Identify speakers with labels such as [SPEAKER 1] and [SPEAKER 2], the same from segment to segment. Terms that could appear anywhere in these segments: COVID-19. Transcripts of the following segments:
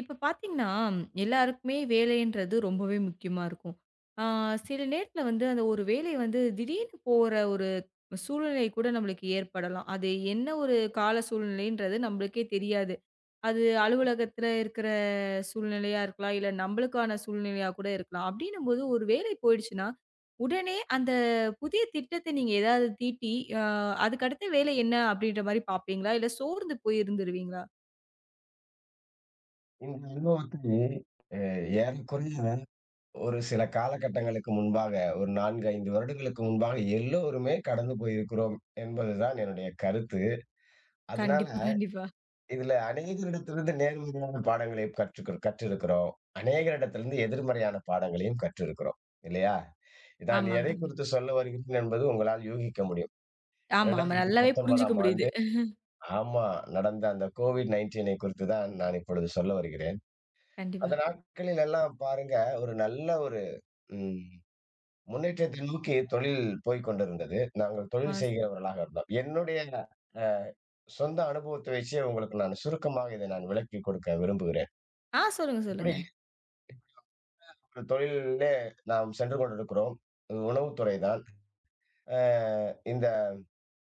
[SPEAKER 1] இப்ப பார்த்தீங்கன்னா, எல்லாருக்குமே வேலைன்றது ரொம்பவே முக்கியமா இருக்கும். ஆ சில நேரத்தில வந்து அந்த ஒரு வேலை வந்து திடீர்னு போற ஒரு சூழ்நிலை கூட நம்மளுக்கு ஏற்படலாம். அது என்ன ஒரு கால சூழ்நிலைன்றது நம்மளுக்கே தெரியாது. அது அலுவலகத்தில இருக்கிற சூழ்நிலையா இருக்கலாம், இல்ல நம்மளுக்கான சூழ்நிலையா கூட இருக்கலாம். அப்படின்னும்போது ஒரு வேலை போயிடுச்சுன்னா, உடனே அந்த புதிய திட்டத்தை நீங்க ஏதாவது தீட்டி, அ அதுக்கு அடுத்த வேலை என்ன அப்படின்ற மாரி பார்ப்பீங்களா? இல்ல சோர்ந்து போய் இருந்துருவீங்களா?
[SPEAKER 2] இந்த அனுபவத்தை அ ஏறக்குறைய ஒரு சில காலகட்டங்களுக்கு முன்பாக, ஒரு 4, 5 வருடங்களுக்கு முன்பாக எல்லோருமே கடந்து போயிருக்கிறோம் என்பதுதான் என்னுடைய கருத்து. அதனால
[SPEAKER 1] கண்டிப்பா, கண்டிப்பா.
[SPEAKER 2] இதுல அநேகரிடத்திலிருந்து நேர்மறையான பாடங்களை கற்றிருக்கிறோம். அநேகரிடத்திலிருந்து எதிர்மறையான பாடங்களையும் கற்றிருக்கிறோம். இல்லையா? நான் எதைக்
[SPEAKER 1] ஆமாங்க.
[SPEAKER 2] குறித்து சொல்ல வருகிறேன் என்பது உங்களால் யூகிக்க முடியும்.
[SPEAKER 1] ஆமா, ஆமா. நல்லாவே புரிஞ்சுக்க
[SPEAKER 2] 2019ஆம்
[SPEAKER 1] முடியுது.
[SPEAKER 2] ஆண்டு ஆமா, நடந்த அந்த கோவிட்-19 குறித்து தான் நான் இப்பொழுது சொல்ல வருகிறேன்.
[SPEAKER 1] கண்டிப்பா.
[SPEAKER 2] அந்த நாட்களில் எல்லாம் பாருங்க, ஒரு நல்ல ஒரு ம். முன்னேற்றத்தை நோக்கி தொழில் போய்க் கொண்டிருந்தது. நாங்கள்
[SPEAKER 1] ஆ
[SPEAKER 2] தொழில்
[SPEAKER 1] ஸ்
[SPEAKER 2] செய்கிறவர்களாக இருந்தோம். என்னுடைய அ சொந்த அனுபவத்தை வச்சு உங்களுக்கு நான் சுருக்கமாக இதை நான் விளக்கிக் கொடுக்க விரும்புகிறேன்.
[SPEAKER 1] ஆ சொல்லுங்க,
[SPEAKER 2] இப்படி
[SPEAKER 1] சொல்லுங்க.
[SPEAKER 2] ஒரு தொழிலிலே நாம் சென்று கொண்டிருக்கிறோம். உணவுத்துறை தான். அ இந்த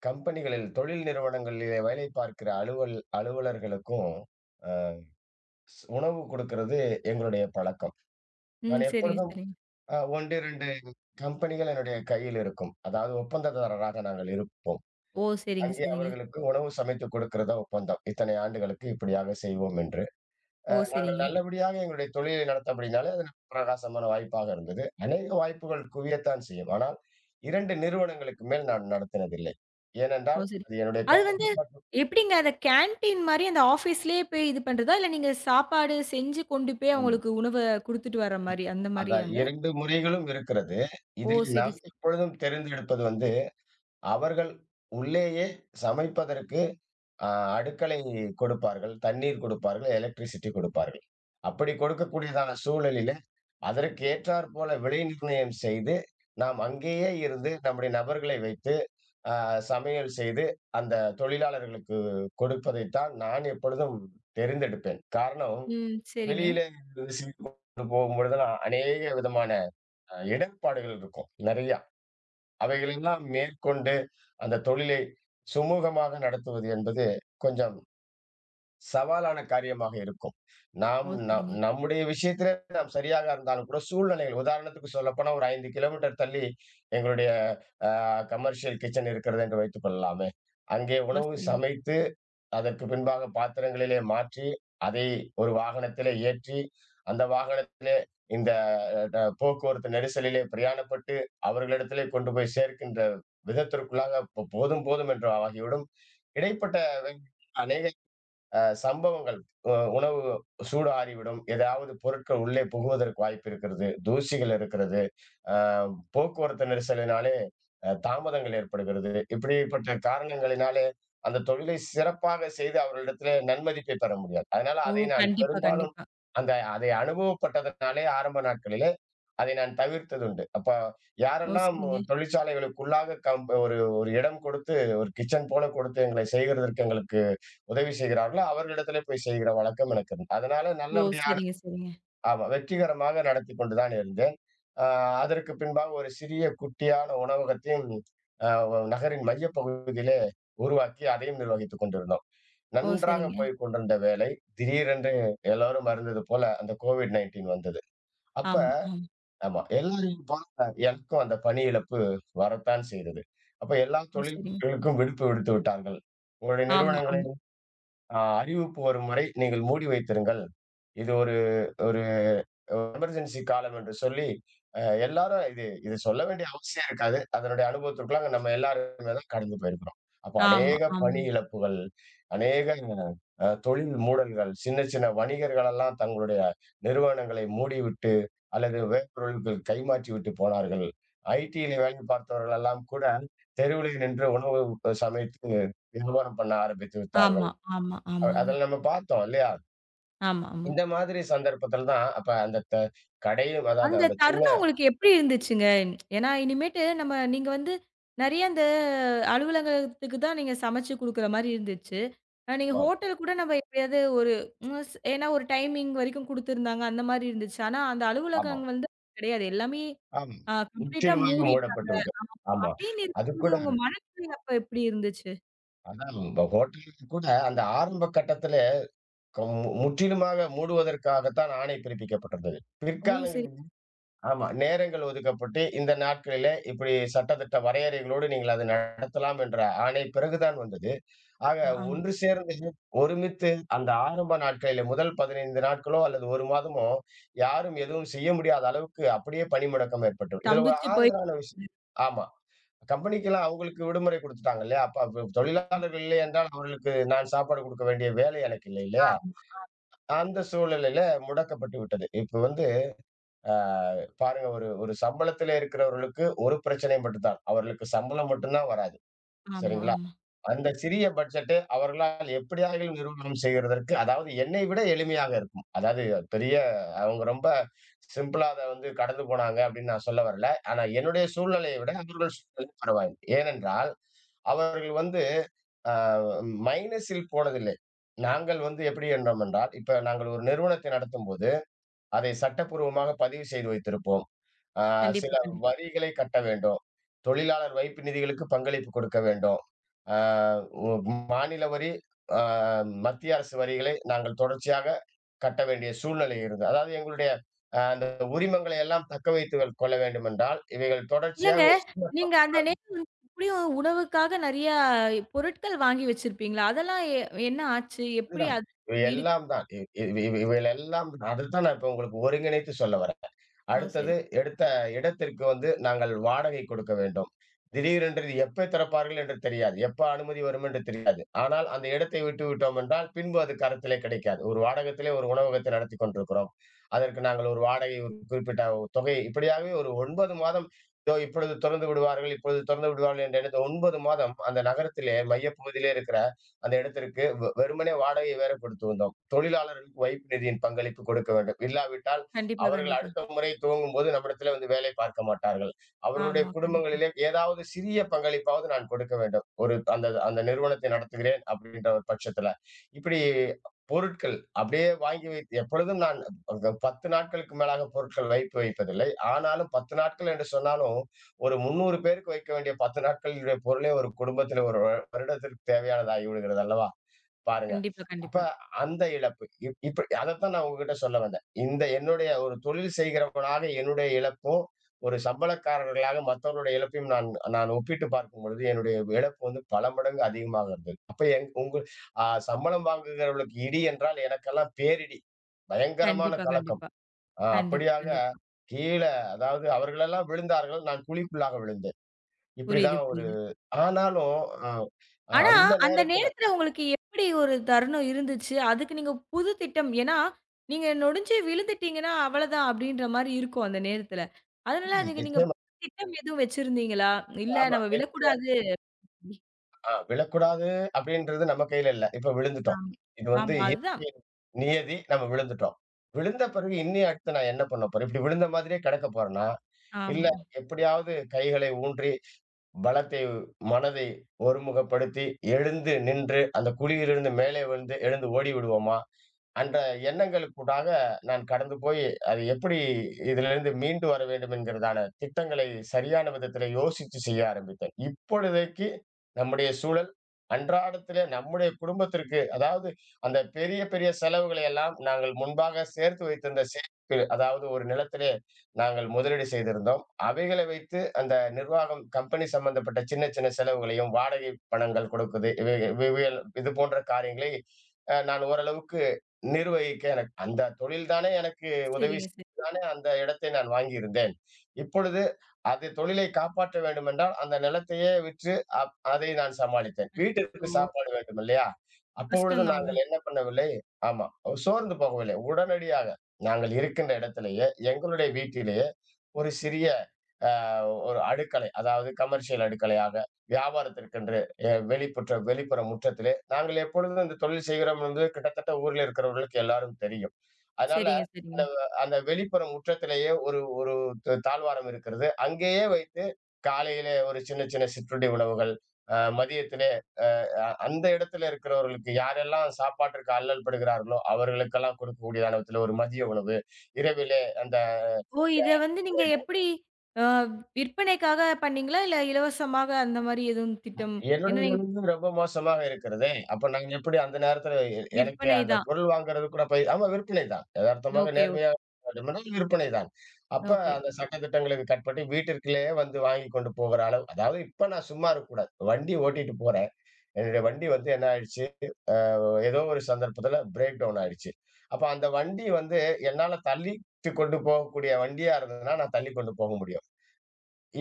[SPEAKER 2] கம்பெனிகளில் தொழில் நிறுவனங்களிலே வேலை பார்க்கிற அலுவலர்களுக்கும் அ உணவு கொடுக்கிறது எங்களுடைய பழக்கம்.
[SPEAKER 1] ம்.
[SPEAKER 2] நான்
[SPEAKER 1] சரிங்க,
[SPEAKER 2] எப்பொழுதும்
[SPEAKER 1] சரிங்க.
[SPEAKER 2] 1, 2 கம்பெனிகள் என்னுடைய கையில் இருக்கும். அதாவது ஒப்பந்ததாரராக நாங்கள் இருப்போம்.
[SPEAKER 1] ஓ! சரிங்க,
[SPEAKER 2] அங்கே
[SPEAKER 1] சரிங்க.
[SPEAKER 2] அவர்களுக்கு உணவு சமைத்துக் கொடுக்கிறதா ஒப்பந்தம். இத்தனை ஆண்டுகளுக்கு இப்படியாக செய்வோம் என்று.
[SPEAKER 1] ஓ!
[SPEAKER 2] நாங்கள்
[SPEAKER 1] சரிங்க.
[SPEAKER 2] நல்லபடியாக எங்களுடைய தொழிலை நடத்தபடினாலே, அது நமக்கு பிரகாசமான வாய்ப்பாக இருந்தது. அநேக வாய்ப்புகள் குவியத்தான் செய்யும். ஆனால் 2 நிறுவனங்களுக்கு மேல் நான் நடத்தினதில்லை.
[SPEAKER 1] ஓ!
[SPEAKER 2] ஏனென்றால்,
[SPEAKER 1] சரி.
[SPEAKER 2] அது என்னுடைய
[SPEAKER 1] அது வந்து எப்படிங்க அத கேன்டீன் மாரி அந்த ஆஃபீஸ்லயே போய் இது பண்றதா? இல்ல நீங்க சாப்பாடு செஞ்சு கொண்டு போய் அவங்களுக்கு உணவ குடுத்துட்டு வர மாரி, அந்த
[SPEAKER 2] அதான்
[SPEAKER 1] மாரியாங்க?
[SPEAKER 2] 2 முறைகளும் இருக்கிறது.
[SPEAKER 1] ஓ!
[SPEAKER 2] இதில்
[SPEAKER 1] சரி,
[SPEAKER 2] நான்
[SPEAKER 1] சரி.
[SPEAKER 2] எப்பொழுதும் தெரிந்தெடுப்பது வந்து, அவர்கள் உள்ளேயே சமைப்பதற்கு அ அடுக்களை கொடுப்பார்கள், தண்ணீர் கொடுப்பார்கள், எலக்ட்ரிசிட்டி கொடுப்பார்கள். அப்படி கொடுக்கக்கூடியதான சூழலிலே அதற்கு ஏற்றாற் போல விலை நிர்ணயம் செய்து, நாம் அங்கேயே இருந்து நம்முடைய நபர்களை வைத்து, அ சமையல் செய்து அந்த தொழிலாளர்களுக்கு கொடுப்பதைத் தான் நான் எப்பொழுதும் தெரிந்தெடுப்பேன். காரணம்,
[SPEAKER 1] ம். சரிங்க.
[SPEAKER 2] வெளியிலே போகும்பொழுதெல்லாம் அநேக விதமான இடர்பாடுகள் இருக்கும், நெறையா. அவைகளெல்லாம் மேற்கொண்டு அந்த தொழிலை சுமூகமாக நடத்துவது என்பது கொஞ்சம் சவாலான காரியமாக இருக்கும். நாம்
[SPEAKER 1] ஓ!
[SPEAKER 2] நம்
[SPEAKER 1] சரிங்க.
[SPEAKER 2] நம்முடைய விஷயத்திலே நாம் சரியாக இருந்தாலும் கூட சூழ்நிலைகள் உதாரணத்துக்கு சொல்லப்போனா ஒரு 5 கிலோமீட்டர் தள்ளி எங்களுடைய அ கமர்ஷியல் கிட்சன் இருக்கிறது என்று வைத்துக் கொள்ளலாமே. அங்கே
[SPEAKER 1] ஆ
[SPEAKER 2] உணவு
[SPEAKER 1] சரிங்க.
[SPEAKER 2] சமைத்து, அதற்கு பின்பாக பாத்திரங்களிலே மாற்றி, அதை ஒரு வாகனத்திலே ஏற்றி, அந்த வாகனத்திலே இந்த போக்குவரத்து நெரிசலிலே பிரயாணப்பட்டு, அவர்களிடத்திலே கொண்டு போய் சேர்க்கின்ற விதத்திற்குள்ளாக போதும் போதும் என்று ஆகிவிடும். இடைப்பட்ட அநேக சம்பவங்கள் உணவு சூடு ஆறிவிடும். ஏதாவது பொருட்கள் உள்ளே புகுவதற்கு வாய்ப்பு இருக்கிறது. தூசிகள் இருக்கிறது. அ போக்குவரத்து நெரிசலினாலே தாமதங்கள் ஏற்படுகிறது. இப்படிப்பட்ட காரணங்களினாலே அந்த தொழிலை சிறப்பாக செய்து அவர்களிடத்திலே நன்மதிப்பை பெற முடியாது. அதனால
[SPEAKER 1] ஓ!
[SPEAKER 2] அதை நான்
[SPEAKER 1] கண்டிப்பா,
[SPEAKER 2] பெரும்பாலும்
[SPEAKER 1] கண்டிப்பா.
[SPEAKER 2] அதை அனுபவப்பட்டதனாலே ஆரம்ப நாட்களிலே அதை நான் தவிர்த்ததுண்டு. அப்ப
[SPEAKER 1] ஓ!
[SPEAKER 2] யாரெல்லாம்
[SPEAKER 1] சரிங்க.
[SPEAKER 2] தொழிற்சாலைகளுக்குள்ளாக ஒரு ஒரு இடம் கொடுத்து ஒரு கிட்சன் போல கொடுத்து எங்களை செய்கிறதற்கு எங்களுக்கு உதவி செய்கிறார்களோ அவர்களிடத்திலே போய் செய்கிற வழக்கம் எனக்கு இருந்து. அதனால
[SPEAKER 1] ஓ!
[SPEAKER 2] நல்லபடியா
[SPEAKER 1] சரிங்க, சரிங்க.
[SPEAKER 2] ஆமா, வெற்றிகரமாக நடத்திக் கொண்டு தான் இருந்தேன். அ அதற்கு பின்பாக ஒரு சிறிய குட்டியான உணவகத்தையும் அ ஒ நகரின் மையப்பகுதியிலே உருவாக்கி அதையும் நிர்வகித்துக் கொண்டிருந்தோம்.
[SPEAKER 1] ஓ!
[SPEAKER 2] நன்றாக
[SPEAKER 1] சரிங்க.
[SPEAKER 2] போய்க் கொண்டிருந்த வேலை, திடீரென்று எல்லாரும் அறிந்தது போல அந்த COVID-19 வந்தது. அப்ப
[SPEAKER 1] ஆமா, ஆமா.
[SPEAKER 2] ஆமா, எல்லாரையும் போல எனக்கும் அந்த பணி இழப்பு வரத்தான் செய்தது. அப்ப எல்லா
[SPEAKER 1] ஓ! சரிங்க.
[SPEAKER 2] தொழில்களுக்கும் விடுப்பு விடுத்து விட்டார்கள். உங்களுடைய
[SPEAKER 1] ஆமா,
[SPEAKER 2] நிறுவனங்கள்
[SPEAKER 1] ஆமா.
[SPEAKER 2] அறிவிப்பு வரும் வரை நீங்கள் மூடி வைத்திருங்கள். இது ஒரு ஒரு எமர்ஜென்சி காலம் என்று சொல்லி, அ எல்லாரும் இது இது சொல்ல வேண்டிய அவசியம் இருக்காது. அதனுடைய அனுபவத்திற்குள்ளாக நம்ம எல்லாருமே தான் கடந்து போயிருக்கிறோம். அப்போ
[SPEAKER 1] ஆமா,
[SPEAKER 2] அநேக பணி
[SPEAKER 1] ஆமாங்க.
[SPEAKER 2] இழப்புகள், அநேக தொழில் மூடல்கள், சின்ன சின்ன வணிகர்கள் எல்லாம் தங்களுடைய நிறுவனங்களை மூடிவிட்டு அல்லது வேப்பொருள்கள் கைமாற்றி விட்டு போனார்கள். ஐடியில வேலை பார்த்தவர்கள் எல்லாம் கூட தெருவிலே நின்று உணவு சமைத்து வியாபாரம் பண்ண ஆரம்பித்து
[SPEAKER 1] ஆமா,
[SPEAKER 2] விட்டார்கள்.
[SPEAKER 1] ஆமா, ஆமாங்க.
[SPEAKER 2] அதுல நம்ம பார்த்தோம் இல்லையா?
[SPEAKER 1] ஆமா, ஆமா.
[SPEAKER 2] இந்த மாதிரி சந்தர்ப்பத்துல தான், அப்ப அந்த கடையும் அதாவது
[SPEAKER 1] அந்த
[SPEAKER 2] அந்த சின்ன
[SPEAKER 1] தருணம் உங்களுக்கு எப்படி இருந்துச்சுங்க? ஏன்னா இனிமேட்டு நம்ம நீங்க வந்து நெறைய அந்த அலுவலகத்துக்கு தான் நீங்க சமைச்சு குடுக்குற மாரி இருந்துச்சு. அ நீங்க
[SPEAKER 2] ஆமாம்,
[SPEAKER 1] ஹோட்டல் கூட நம்ம எப்படியாவது ஒரு ம் ஸ் ஏன்னா ஒரு டைமிங் வரைக்கும் குடுத்துருந்தாங்க. அந்த மாரி இருந்துச்சு. ஆனா அந்த
[SPEAKER 2] ஆமா,
[SPEAKER 1] அலுவலகம் வந்து கிடையாது. எல்லாமே
[SPEAKER 2] ஆமா.
[SPEAKER 1] கம்ப்ளீட்டா
[SPEAKER 2] முற்றிலுமாக
[SPEAKER 1] மூடிட்டாங்க.
[SPEAKER 2] மூடப்பட்டு விட்டது. ஆமா.
[SPEAKER 1] அப்படின்னு
[SPEAKER 2] அது
[SPEAKER 1] இருக்கும்போது
[SPEAKER 2] கூட
[SPEAKER 1] உங்க மனநிலை அப்ப எப்படி இருந்துச்சு?
[SPEAKER 2] அதான் ஹோட்டலுக்கு கூட அந்த ஆரம்ப கட்டத்திலே க மு முற்றிலுமாக மூடுவதற்காகத்தான் ஆணை பிறப்பிக்கப்பட்டிருந்தது.
[SPEAKER 1] ஓ!
[SPEAKER 2] பிற்காலங்கள்
[SPEAKER 1] சரி.
[SPEAKER 2] ஆமா. நேரங்கள் ஒதுக்கப்பட்டு, இந்த நாட்களிலே இப்படி சட்டதிட்ட வரையறைகளோடு நீங்கள் அதை நடத்தலாம் என்ற ஆணை பிறகுதான் வந்தது. ஆக
[SPEAKER 1] ஆமா, ஆமா.
[SPEAKER 2] ஒன்று சேர்ந்து, ஒருமித்து அந்த ஆரம்ப நாட்களிலே முதல் 15 நாட்களோ அல்லது 1 மாதமோ, யாரும் எதுவும் செய்ய முடியாத அளவுக்கு அப்படியே பணி முடக்கம் ஏற்பட்டுரும். இதுல ஒரு
[SPEAKER 1] ஸ்தம்பிச்சு போய்
[SPEAKER 2] ஆறுதலான விஷயம் ஆமா. கம்பெனிக்கெல்லாம் அவங்களுக்கு விடுமுறை குடுத்துட்டாங்க இல்லையா? அப்ப அப்ப தொழிலாளர்கள் இல்லை என்றால் அவர்களுக்கு நான் சாப்பாடு குடுக்க வேண்டிய வேலை எனக்கு இல்லை இல்லையா?
[SPEAKER 1] ஆமா,
[SPEAKER 2] அந்த சூழ்நிலையில முடக்கப்பட்டு விட்டது. இப்ப வந்து அ பாருங்க ஒரு ஒரு சம்பளத்திலே இருக்கிறவர்களுக்கு ஒரு பிரச்சனை மட்டும்தான். அவர்களுக்கு சம்பளம் மட்டும்தான் வராது.
[SPEAKER 1] ஆமா,
[SPEAKER 2] சரிங்களா?
[SPEAKER 1] ஆமா.
[SPEAKER 2] அந்த சிறிய பட்ஜெட்டை அவர்களால் எப்படியாகிலும் நிர்வாகம் செய்கிறதற்கு அதாவது என்னை விட எளிமையாக இருக்கும். அதாவது பெரிய அவங்க ரொம்ப சிம்பிளா அத வந்து கடந்து போனாங்க அப்படின்னு நான் சொல்ல வரல. ஆனா என்னுடைய சூழ்நிலையை விட அவர்கள் சூழ்நிலை பரவாயில்லை. ஏனென்றால் அவர்கள் வந்து அ மைனஸில் போனதில்லை. நாங்கள் வந்து எப்படி என்றோம் என்றால், இப்ப நாங்கள் ஒரு நிறுவனத்தை நடத்தும்போது அதை சட்டப்பூர்வமாக பதிவு செய்து வைத்திருப்போம். ஆ சில
[SPEAKER 1] கண்டிப்பா, கண்டிப்பா.
[SPEAKER 2] வரிகளை கட்ட வேண்டும். தொழிலாளர் வைப்பு நிதிகளுக்கு பங்களிப்பு கொடுக்க வேண்டும். ஆ ஒ மாநில வரி, ஆ மத்திய அரசு வரிகளை நாங்கள் தொடர்ச்சியாக கட்ட வேண்டிய சூழ்நிலை இருந்தது. அதாவது எங்களுடைய அந்த உரிமங்களை எல்லாம் தக்க வைத்துக் கொள்ள வேண்டும் என்றால், இவைகள் தொடர்ச்சியாக
[SPEAKER 1] இல்லங்க.
[SPEAKER 2] ஒரு சின்ன
[SPEAKER 1] நீங்க அந்த நேரம் வந்து எப்படியும் உணவுக்காக நெறைய பொருட்கள் வாங்கி வச்சிருப்பீங்களா? அதெல்லாம் என்ன ஆச்சு? எப்படி
[SPEAKER 2] அதுதான்.
[SPEAKER 1] அது
[SPEAKER 2] இவை
[SPEAKER 1] ஈடு
[SPEAKER 2] எல்லாம் தான். இ இவை இவை இவைகளெல்லாம் அதுதான் நான் இப்ப உங்களுக்கு ஒருங்கிணைத்து சொல்ல வரேன்.
[SPEAKER 1] ஓ! சரி.
[SPEAKER 2] அடுத்தது எடுத்த இடத்திற்கு வந்து நாங்கள் வாடகை கொடுக்க வேண்டும். திடீரென்று இது எப்ப திறப்பார்கள் என்று தெரியாது. எப்ப அனுமதி வரும் என்று தெரியாது. ஆனால் அந்த இடத்தை விட்டு விட்டோம் என்றால், பின்பு அது கரத்திலே கிடைக்காது. ஒரு வாடகத்திலே ஒரு உணவகத்தை நடத்திக் கொண்டிருக்கிறோம். அதற்கு நாங்கள் ஒரு வாடகை ஒரு குறிப்பிட்ட ஒரு தொகை இப்படியாகவே ஒரு 9 மாதம் இதோ இப்பொழுது தொறந்து விடுவார்கள், இப்பொழுது தொறந்து விடுவார்கள் என்ற எண்ணத்தில் 9 மாதம் அந்த நகரத்திலே மையப்பகுதியிலே இருக்கிற அந்த இடத்திற்கு வெறுமனே வாடகையை வேற கொடுத்து வந்தோம். தொழிலாளர்களுக்கு வைப்பு நிதியின் பங்களிப்பு கொடுக்க வேண்டும். இல்லாவிட்டால்
[SPEAKER 1] கண்டிப்பா,
[SPEAKER 2] அவர்கள்
[SPEAKER 1] கண்டிப்பா.
[SPEAKER 2] அடுத்த முறை துவங்கும்போது நம்மிடத்திலே வந்து வேலை பார்க்க மாட்டார்கள். அவர்களுடைய
[SPEAKER 1] ஆமா. கண்டிப்பா.
[SPEAKER 2] குடும்பங்களிலே ஏதாவது சிறிய பங்களிப்பாவது நான் கொடுக்க வேண்டும். ஒரு அந்த அந்த நிறுவனத்தை நடத்துகிறேன் அப்படின்ற ஒரு பட்சத்தில. இப்படி பொருட்கள் அப்படியே வாங்கி வைத்து எப்பொழுதும் நான் 10 நாட்களுக்கு மேலாக பொருட்கள் வைப்பு வைப்பதில்லை. ஆனாலும் 10 நாட்கள் என்று சொன்னாலும், ஒரு 300 பேருக்கு வைக்க வேண்டிய 10 நாட்களுடைய பொருளே ஒரு குடும்பத்தில ஒரு வருடத்திற்கு தேவையானதாகி விடுகிறது அல்லவா? பாருங்க.
[SPEAKER 1] கண்டிப்பா,
[SPEAKER 2] அப்ப
[SPEAKER 1] கண்டிப்பா.
[SPEAKER 2] அந்த இழப்பு. இப்ப அதத்தான் நான் உங்ககிட்ட சொல்ல வந்தேன். இந்த என்னுடைய ஒரு தொழில் செய்கிறவனாக என்னுடைய இழப்பும், ஒரு சம்பளக்காரர்களாக மத்தவர்களுடைய இழப்பையும் நான் நான் ஒப்பிட்டு பார்க்கும் பொழுது, என்னுடைய இழப்பு வந்து பல மடங்கு அதிகமாக இருந்தது. அப்ப உங்க சம்பளம் வாங்குகிறவர்களுக்கு இடி என்றால் எனக்கெல்லாம் பேரிடி. பயங்கரமான
[SPEAKER 1] கண்டிப்பா,
[SPEAKER 2] கலக்கம்.
[SPEAKER 1] கண்டிப்பா. கண்டிப்பா,
[SPEAKER 2] அப்படியாக
[SPEAKER 1] கண்டிப்பா.
[SPEAKER 2] கீழ அதாவது அவர்களெல்லாம் விழுந்தார்கள். நான் குழிக்குள்ளாக விழுந்தேன்.
[SPEAKER 1] புரியுது,
[SPEAKER 2] இப்படிதான் ஒரு
[SPEAKER 1] புரியுது.
[SPEAKER 2] ஆனாலும் அ
[SPEAKER 1] ஆனா,
[SPEAKER 2] அந்த
[SPEAKER 1] அந்த
[SPEAKER 2] நேரத்துல
[SPEAKER 1] நேரத்துல உங்களுக்கு எப்படி ஒரு தருணம் இருந்துச்சு? அதுக்கு நீங்க புது திட்டம் ஏன்னா, நீங்க நொடிஞ்சு விழுந்துட்டீங்கன்னா, அவ்வளதான் அப்படின்ற மாரி இருக்கும் அந்த நேரத்துல. அதனால அதுக்கு நீங்க
[SPEAKER 2] நிச்சயமா.
[SPEAKER 1] திட்டம் எதுவும் வச்சிருந்தீங்களா? இல்ல
[SPEAKER 2] ஆமா.
[SPEAKER 1] நம்ம விழக்கூடாது
[SPEAKER 2] விழக்கூடாது அப்படின்றது நம்ம கையில இல்ல. இப்ப விழுந்துட்டோம்.
[SPEAKER 1] ஆமா.
[SPEAKER 2] இது வந்து
[SPEAKER 1] ஆமா. அதுதான்.
[SPEAKER 2] இயற்கையின் நியதி. நம்ம விழுந்துட்டோம். விழுந்த பிறகு இனி அடுத்து நான் என்ன பண்ண போறேன்? இப்படி விழுந்த மாதிரியே கிடக்க போறேனா? இல்ல
[SPEAKER 1] ஆமா.
[SPEAKER 2] எப்படியாவது கைகளை ஊன்றி, பலத்தை மனதை ஒருமுகப்படுத்தி, எழுந்து நின்று அந்த குழியிலிருந்து மேலே விழுந்து எழுந்து ஓடி விடுவோமா? அன்ற எண்ணங்களுக்கூடாக நான் கடந்து போய், அது எப்படி இதிலிருந்து மீண்டு வர வேண்டும் என்கிறதான திட்டங்களை சரியான விதத்திலே யோசிச்சு செய்ய ஆரம்பித்தேன். இப்பொழுதைக்கு நம்முடைய சூழல் அன்றாடத்திலே நம்முடைய குடும்பத்திற்கு அதாவது அந்த பெரிய, பெரிய செலவுகளை எல்லாம் நாங்கள் முன்பாக சேர்த்து வைத்திருந்த சேமிப்பு அதாவது ஒரு நிலத்திலே நாங்கள் முதலீடு செய்திருந்தோம். அவைகளை வைத்து அந்த நிர்வாகம் கம்பெனி சம்பந்தப்பட்ட சின்ன, சின்ன செலவுகளையும் வாடகை பணங்கள் கொடுக்குது. இவை இவைகள் இது போன்ற காரியங்களை நான் ஓரளவுக்கு நிர்வகிக்க எனக்கு அந்த தொழில் தானே எனக்கு உதவி
[SPEAKER 1] சரிங்க, சரி.
[SPEAKER 2] செய்து தானே அந்த இடத்தை நான் வாங்கியிருந்தேன். இப்பொழுது அது தொழிலை காப்பாற்ற வேண்டுமென்றால், அந்த நிலத்தையே விற்று அதை நான் சமாளித்தேன். வீட்டிற்கு
[SPEAKER 1] அச்சச்சோ!
[SPEAKER 2] சாப்பாடு வேண்டும் இல்லையா? அப்பொழுது
[SPEAKER 1] கஷ்டம் தாங்க.
[SPEAKER 2] நாங்கள் என்ன பண்ணவில்லை ஆமா. சோர்ந்து போகவில்லை. உடனடியாக நாங்கள் இருக்கின்ற இடத்திலேயே, எங்களுடைய வீட்டிலேயே ஒரு சிறிய அ ஒரு அடுக்களை, அதாவது கமர்ஷியல் அடுக்களையாக வியாபாரத்திற்கென்று எ வெளிப்புற்ற வெளிப்புற முற்றத்தில் நாங்கள் எப்பொழுதும் இந்த தொழில் செய்கிறோம் என்று கிட்டத்தட்ட ஊர்ல இருக்கிறவர்களுக்கு எல்லாரும் தெரியும். அதனால
[SPEAKER 1] சரிங்க, சரிங்க.
[SPEAKER 2] அந்த அந்த வெளிப்புற முற்றத்திலேயே ஒரு ஒரு த தாழ்வாரம் இருக்கிறது. அங்கேயே வைத்து காலையிலே ஒரு சின்ன சின்ன சிற்றுண்டி உணவுகள், மதியத்திலே அ அ அந்த இடத்துல இருக்கிறவர்களுக்கு யாரெல்லாம் சாப்பாட்டிற்கு அல்லல்படுகிறார்களோ, அவர்களுக்கெல்லாம் கொடுக்கக்கூடிய அளவில ஒரு மதிய உணவு, இரவிலே
[SPEAKER 1] ஓ! இத
[SPEAKER 2] அந்த
[SPEAKER 1] வந்து நீங்க எப்படி அ விற்பனைக்காக பண்ணீங்களா? இல்ல இலவசமாக அந்த மாரி எதுவும் திட்டம்? ஏன்னா நீங்க
[SPEAKER 2] என்னுடையதிலிருந்து ரொம்ப மோசமாக இருக்கிறதே! அப்ப நான் எப்படி அந்த நேரத்துல எனக்கு
[SPEAKER 1] விற்பனை
[SPEAKER 2] அந்த
[SPEAKER 1] தான்.
[SPEAKER 2] பொருள் வாங்குறது கூட போய் ஆமா விற்பனை தான். எதார்த்தமாக
[SPEAKER 1] ஓகே, ஓகே,
[SPEAKER 2] நேர்மையா வேண்டுமென்றால் விற்பனை தான். அப்ப
[SPEAKER 1] ஓகே.
[SPEAKER 2] அந்த சட்டதிட்டங்களுக்கு கட்டுப்பட்டு வீட்டிற்குள்ளேயே வந்து வாங்கிக் கொண்டு போகிற அளவு அதாவது இப்ப நான் சும்மா இருக்கக்கூடாது. வண்டி ஓட்டிட்டு போறேன். என்னுடைய வண்டி வந்து என்ன ஆயிடுச்சு, ஏதோ ஒரு சந்தர்ப்பத்துல பிரேக் டவுன் ஆயிடுச்சு. அப்ப அந்த வண்டி வந்து என்னால தள்ளிட்டு கொண்டு போகக்கூடிய வண்டியா இருந்ததுன்னா, நான் தள்ளிக் கொண்டு போக முடியும்.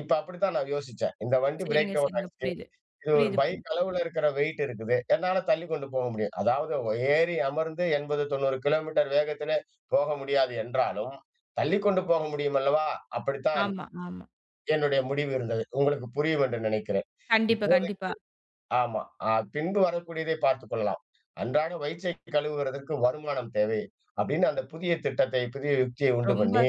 [SPEAKER 2] இப்ப அப்படித்தான் நான் யோசிச்சேன். இந்த வண்டி பிரேக்
[SPEAKER 1] சரிங்க,
[SPEAKER 2] டவுன்
[SPEAKER 1] சரிங்க.
[SPEAKER 2] ஆயிடுச்சு.
[SPEAKER 1] புரியுது.
[SPEAKER 2] இது ஒரு
[SPEAKER 1] புரியுது, புரியுது.
[SPEAKER 2] பைக் அளவுல இருக்கிற வெயிட் இருக்குது. என்னால தள்ளி கொண்டு போக முடியும். அதாவது ஏறி அமர்ந்து 80, 90 கிலோமீட்டர் வேகத்திலே போக முடியாது என்றாலும், தள்ளிக் கொண்டு போக முடியும் அல்லவா? அப்படித்தான்
[SPEAKER 1] ஆமா, ஆமா.
[SPEAKER 2] என்னுடைய முடிவு இருந்தது. உங்களுக்கு புரியும் என்று நினைக்கிறேன்.
[SPEAKER 1] கண்டிப்பா,
[SPEAKER 2] இப்போது
[SPEAKER 1] கண்டிப்பா.
[SPEAKER 2] ஆமா. பின்பு வரக்கூடியதை பார்த்துக் கொள்ளலாம். அன்றாட வயிற்றை கழுவுவதற்கு வருமானம் தேவை. அப்படின்னு அந்த புதிய திட்டத்தை, புதிய யுக்தியை உண்டு
[SPEAKER 1] ரொம்ப
[SPEAKER 2] பண்ணி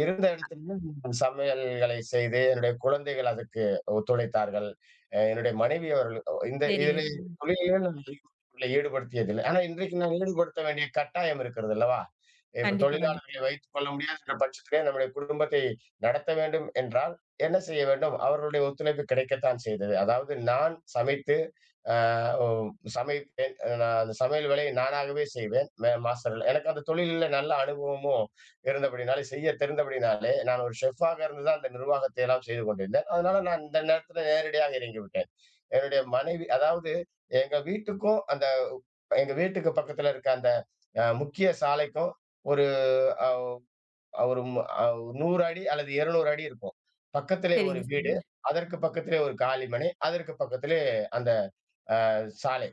[SPEAKER 2] இருந்த இடத்திலும் சமையல்களை செய்து, என்னுடைய குழந்தைகள் அதுக்கு ஒத்துழைத்தார்கள். என்னுடைய மனைவி அவர்கள் இந்த
[SPEAKER 1] சரிங்க,
[SPEAKER 2] இதில
[SPEAKER 1] சரிங்க.
[SPEAKER 2] தொழிலிலே நான் ஈடுபடுத்தியதில்லை. ஈடுபடுத்தியதில்லை. ஆனா இன்றைக்கு நான் ஈடுபடுத்த வேண்டிய கட்டாயம் இருக்கிறது அல்லவா? இப்ப
[SPEAKER 1] கண்டிப்பா, கண்டிப்பா.
[SPEAKER 2] தொழிலாளர்களை வைத்துக் கொள்ள முடியாதுன்ற பட்சத்திலே நம்முடைய குடும்பத்தை நடத்த வேண்டும் என்றால் என்ன செய்ய வேண்டும்? அவர்களுடைய ஒத்துழைப்பு கிடைக்கத்தான் செய்தது. அதாவது நான் சமைத்து ஆ ஓ சமைப்பேன். நான் அந்த சமையல் வேலையை நானாகவே செய்வேன். மாஸ்டர்ல எனக்கு அந்த தொழில்ல நல்ல அனுபவமும் இருந்தபடினாலே, செய்ய தெரிந்தபடினாலே, நான் ஒரு ஷெஃப்பாக இருந்து தான் அந்த நிர்வாகத்தை எல்லாம் செய்து கொண்டிருந்தேன். அதனால நான் இந்த நேரத்தில நேரடியாக இறங்கிவிட்டேன். என்னுடைய மனைவி அதாவது எங்க வீட்டுக்கும், அந்த எங்க வீட்டுக்கு பக்கத்துல இருக்க அந்த முக்கிய சாலைக்கும் ஒரு அவ் ஒரு மு அவ் 100 அடி அல்லது 200 அடி இருக்கும். பக்கத்திலே ஒரு
[SPEAKER 1] சரிங்க,
[SPEAKER 2] வீடு.
[SPEAKER 1] சரிங்க.
[SPEAKER 2] அதற்கு பக்கத்திலே ஒரு காலி மனை. அதற்கு பக்கத்திலே அந்த சாலை.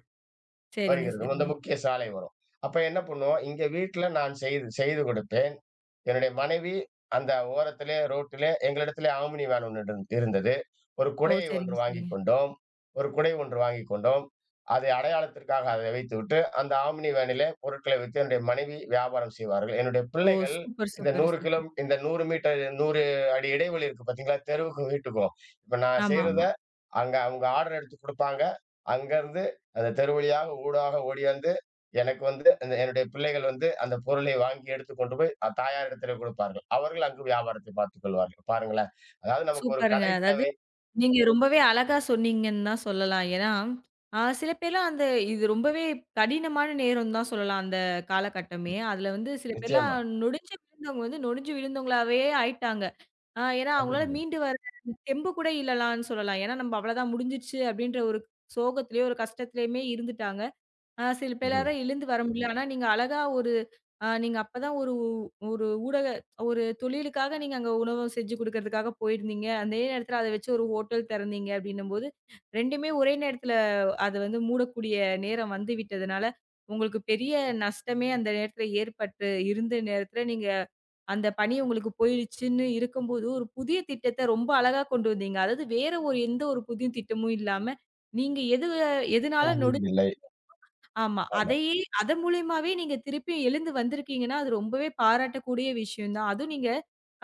[SPEAKER 1] சரிங்க,
[SPEAKER 2] வருகிறது. அந்த
[SPEAKER 1] சரிங்க.
[SPEAKER 2] முக்கிய சாலை வரும். அப்ப என்ன பண்ணுவோம், இங்க வீட்ல நான் செய்து செய்து கொடுப்பேன். என்னுடைய மனைவி அந்த ஓரத்திலே, ரோட்டிலே எங்களிடத்திலே ஆம்னி வேன் ஒன்று இருந்தது. ஒரு
[SPEAKER 1] ஓ!
[SPEAKER 2] குடையை ஒன்று
[SPEAKER 1] சரிங்க,
[SPEAKER 2] வாங்கிக்
[SPEAKER 1] சரிங்க.
[SPEAKER 2] கொண்டோம். ஒரு குடை ஒன்று வாங்கிக் கொண்டோம். அதை அடையாளத்திற்காக அதை வைத்துவிட்டு, அந்த ஆம்னி வேனிலே பொருட்களை வைத்து என்னுடைய மனைவி வியாபாரம் செய்வார்கள். என்னுடைய
[SPEAKER 1] ஓ!
[SPEAKER 2] பிள்ளைகள்
[SPEAKER 1] சூப்பர்,
[SPEAKER 2] இந்த
[SPEAKER 1] சூப்பர்,
[SPEAKER 2] 100 கிலோ
[SPEAKER 1] சூப்பர்.
[SPEAKER 2] இந்த 100 மீட்டர் 100 அடி இடைவெளி இருக்கு பார்த்தீங்களா? தெருவுக்கும் வீட்டுக்கும். இப்ப நான்
[SPEAKER 1] ஆமா,
[SPEAKER 2] செய்றத
[SPEAKER 1] ஆமா.
[SPEAKER 2] அங்க அவங்க ஆர்டர் எடுத்து குடுப்பாங்க. அங்கருந்து அந்த தெரு வழியாக ஊடாக ஓடியாந்து, எனக்கு வந்து அந்த என்னுடைய பிள்ளைகள் வந்து அந்த பொருளை வாங்கி எடுத்து கொண்டு போய் தாயாரிடத்திலே குடுப்பார்கள். அவர்கள் அங்கு வியாபாரத்தை பார்த்துக் கொள்வார்கள். பாருங்களேன். அதாவது நமக்கு ஒரு
[SPEAKER 1] சூப்பருங்க.
[SPEAKER 2] கடை
[SPEAKER 1] அதாவது
[SPEAKER 2] தேவை.
[SPEAKER 1] நீங்க ரொம்பவே அழகா சொன்னீங்கன்னு தான் சொல்லலாம். ஏன்னா, சில பேர்லாம் அந்த இது ரொம்பவே கடினமான நேரம் தான் சொல்லலாம், அந்த காலகட்டமே. அதுல வந்து சில பேர்லாம்
[SPEAKER 2] நிச்சயமா.
[SPEAKER 1] நொடிஞ்சு விழுந்தவங்க வந்து நொடிஞ்சு விழுந்தவங்களாவே ஆயிட்டாங்க. ஏன்னா அவங்களால
[SPEAKER 2] கண்டிப்பாக.
[SPEAKER 1] மீண்டு வர தெம்பு கூட இல்லலான்னு சொல்லலாம். ஏன்னா, "நம்ப அவ்வளதான் முடிஞ்சிருச்சு" அப்படின்ற ஒரு சோகத்திலேயே, ஒரு கஷ்டத்திலேயுமே இருந்துட்டாங்க. சில
[SPEAKER 2] ம்ஹ்ம்.
[SPEAKER 1] பேரால எழுந்து வர முடியல. ஆனா நீங்க அழகா ஒரு அ நீங்க அப்பதான் ஒரு ஒரு ஊடக ஒரு தொழிலுக்காக நீங்க அங்க உணவு செஞ்சு குடுக்கறதுக்காக போயிருந்தீங்க. அதே நேரத்துல அத வச்சு ஒரு ஹோட்டல் திறந்தீங்க அப்டின்னும்போது, 2மே ஒரே நேரத்துல அது வந்து மூடக்கூடிய நேரம் வந்து விட்டதுனால, உங்களுக்கு பெரிய நஷ்டமே அந்த நேரத்துல ஏற்பட்டு இருந்த நேரத்துல நீங்க அந்த பணி உங்களுக்கு போயிருச்சுன்னு இருக்கும்போது, ஒரு புதிய திட்டத்த ரொம்ப அழகா கொண்டு வந்தீங்க. அதாவது வேற ஒரு எந்த ஒரு புதிய திட்டமும் இல்லாம, நீங்க எதுனால
[SPEAKER 2] இல்லை.
[SPEAKER 1] ஆமா.
[SPEAKER 2] ஆமா.
[SPEAKER 1] அதையே அது மூலியமாவே நீங்க திருப்பியும் எழுந்து வந்திருக்கீங்கன்னா, அது ரொம்பவே பாராட்டக்கூடிய விஷயம் தான். அதுவும் நீங்க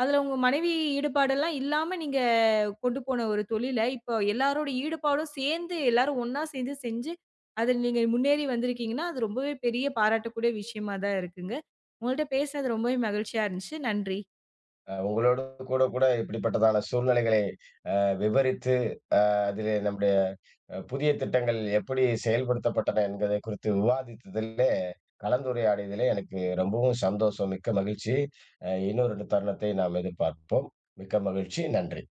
[SPEAKER 1] அதுல உங்க மனைவி ஈடுபாடெல்லாம் இல்லாம நீங்க கொண்டு போன ஒரு தொழில, இப்போ எல்லாரோட ஈடுபாடும் சேர்ந்து எல்லாரும் ஒண்ணா சேர்ந்து செஞ்சு, அதில நீங்க முன்னேறி வந்திருக்கீங்கன்னா, அது ரொம்பவே பெரிய பாராட்டக்கூடிய விஷயமா தான் இருக்குங்க. உங்கள்ட்ட பேசினது ரொம்பவே மகிழ்ச்சியா இருந்துச்சு. நன்றி.
[SPEAKER 2] உங்களோட கூட கூட இப்படிப்பட்டதான சூழ்நிலைகளை அ விவரித்து, அ அதிலே நம்முடைய புதிய திட்டங்கள் எப்படி செயல்படுத்தப்பட்டன என்பதை குறித்து விவாதித்ததிலே, கலந்துரையாடியதிலே எனக்கு ரொம்பவும் சந்தோஷம். மிக்க மகிழ்ச்சி. இன்னொரு தருணத்தை நாம் எதிர்பார்ப்போம். மிக்க மகிழ்ச்சி. நன்றி.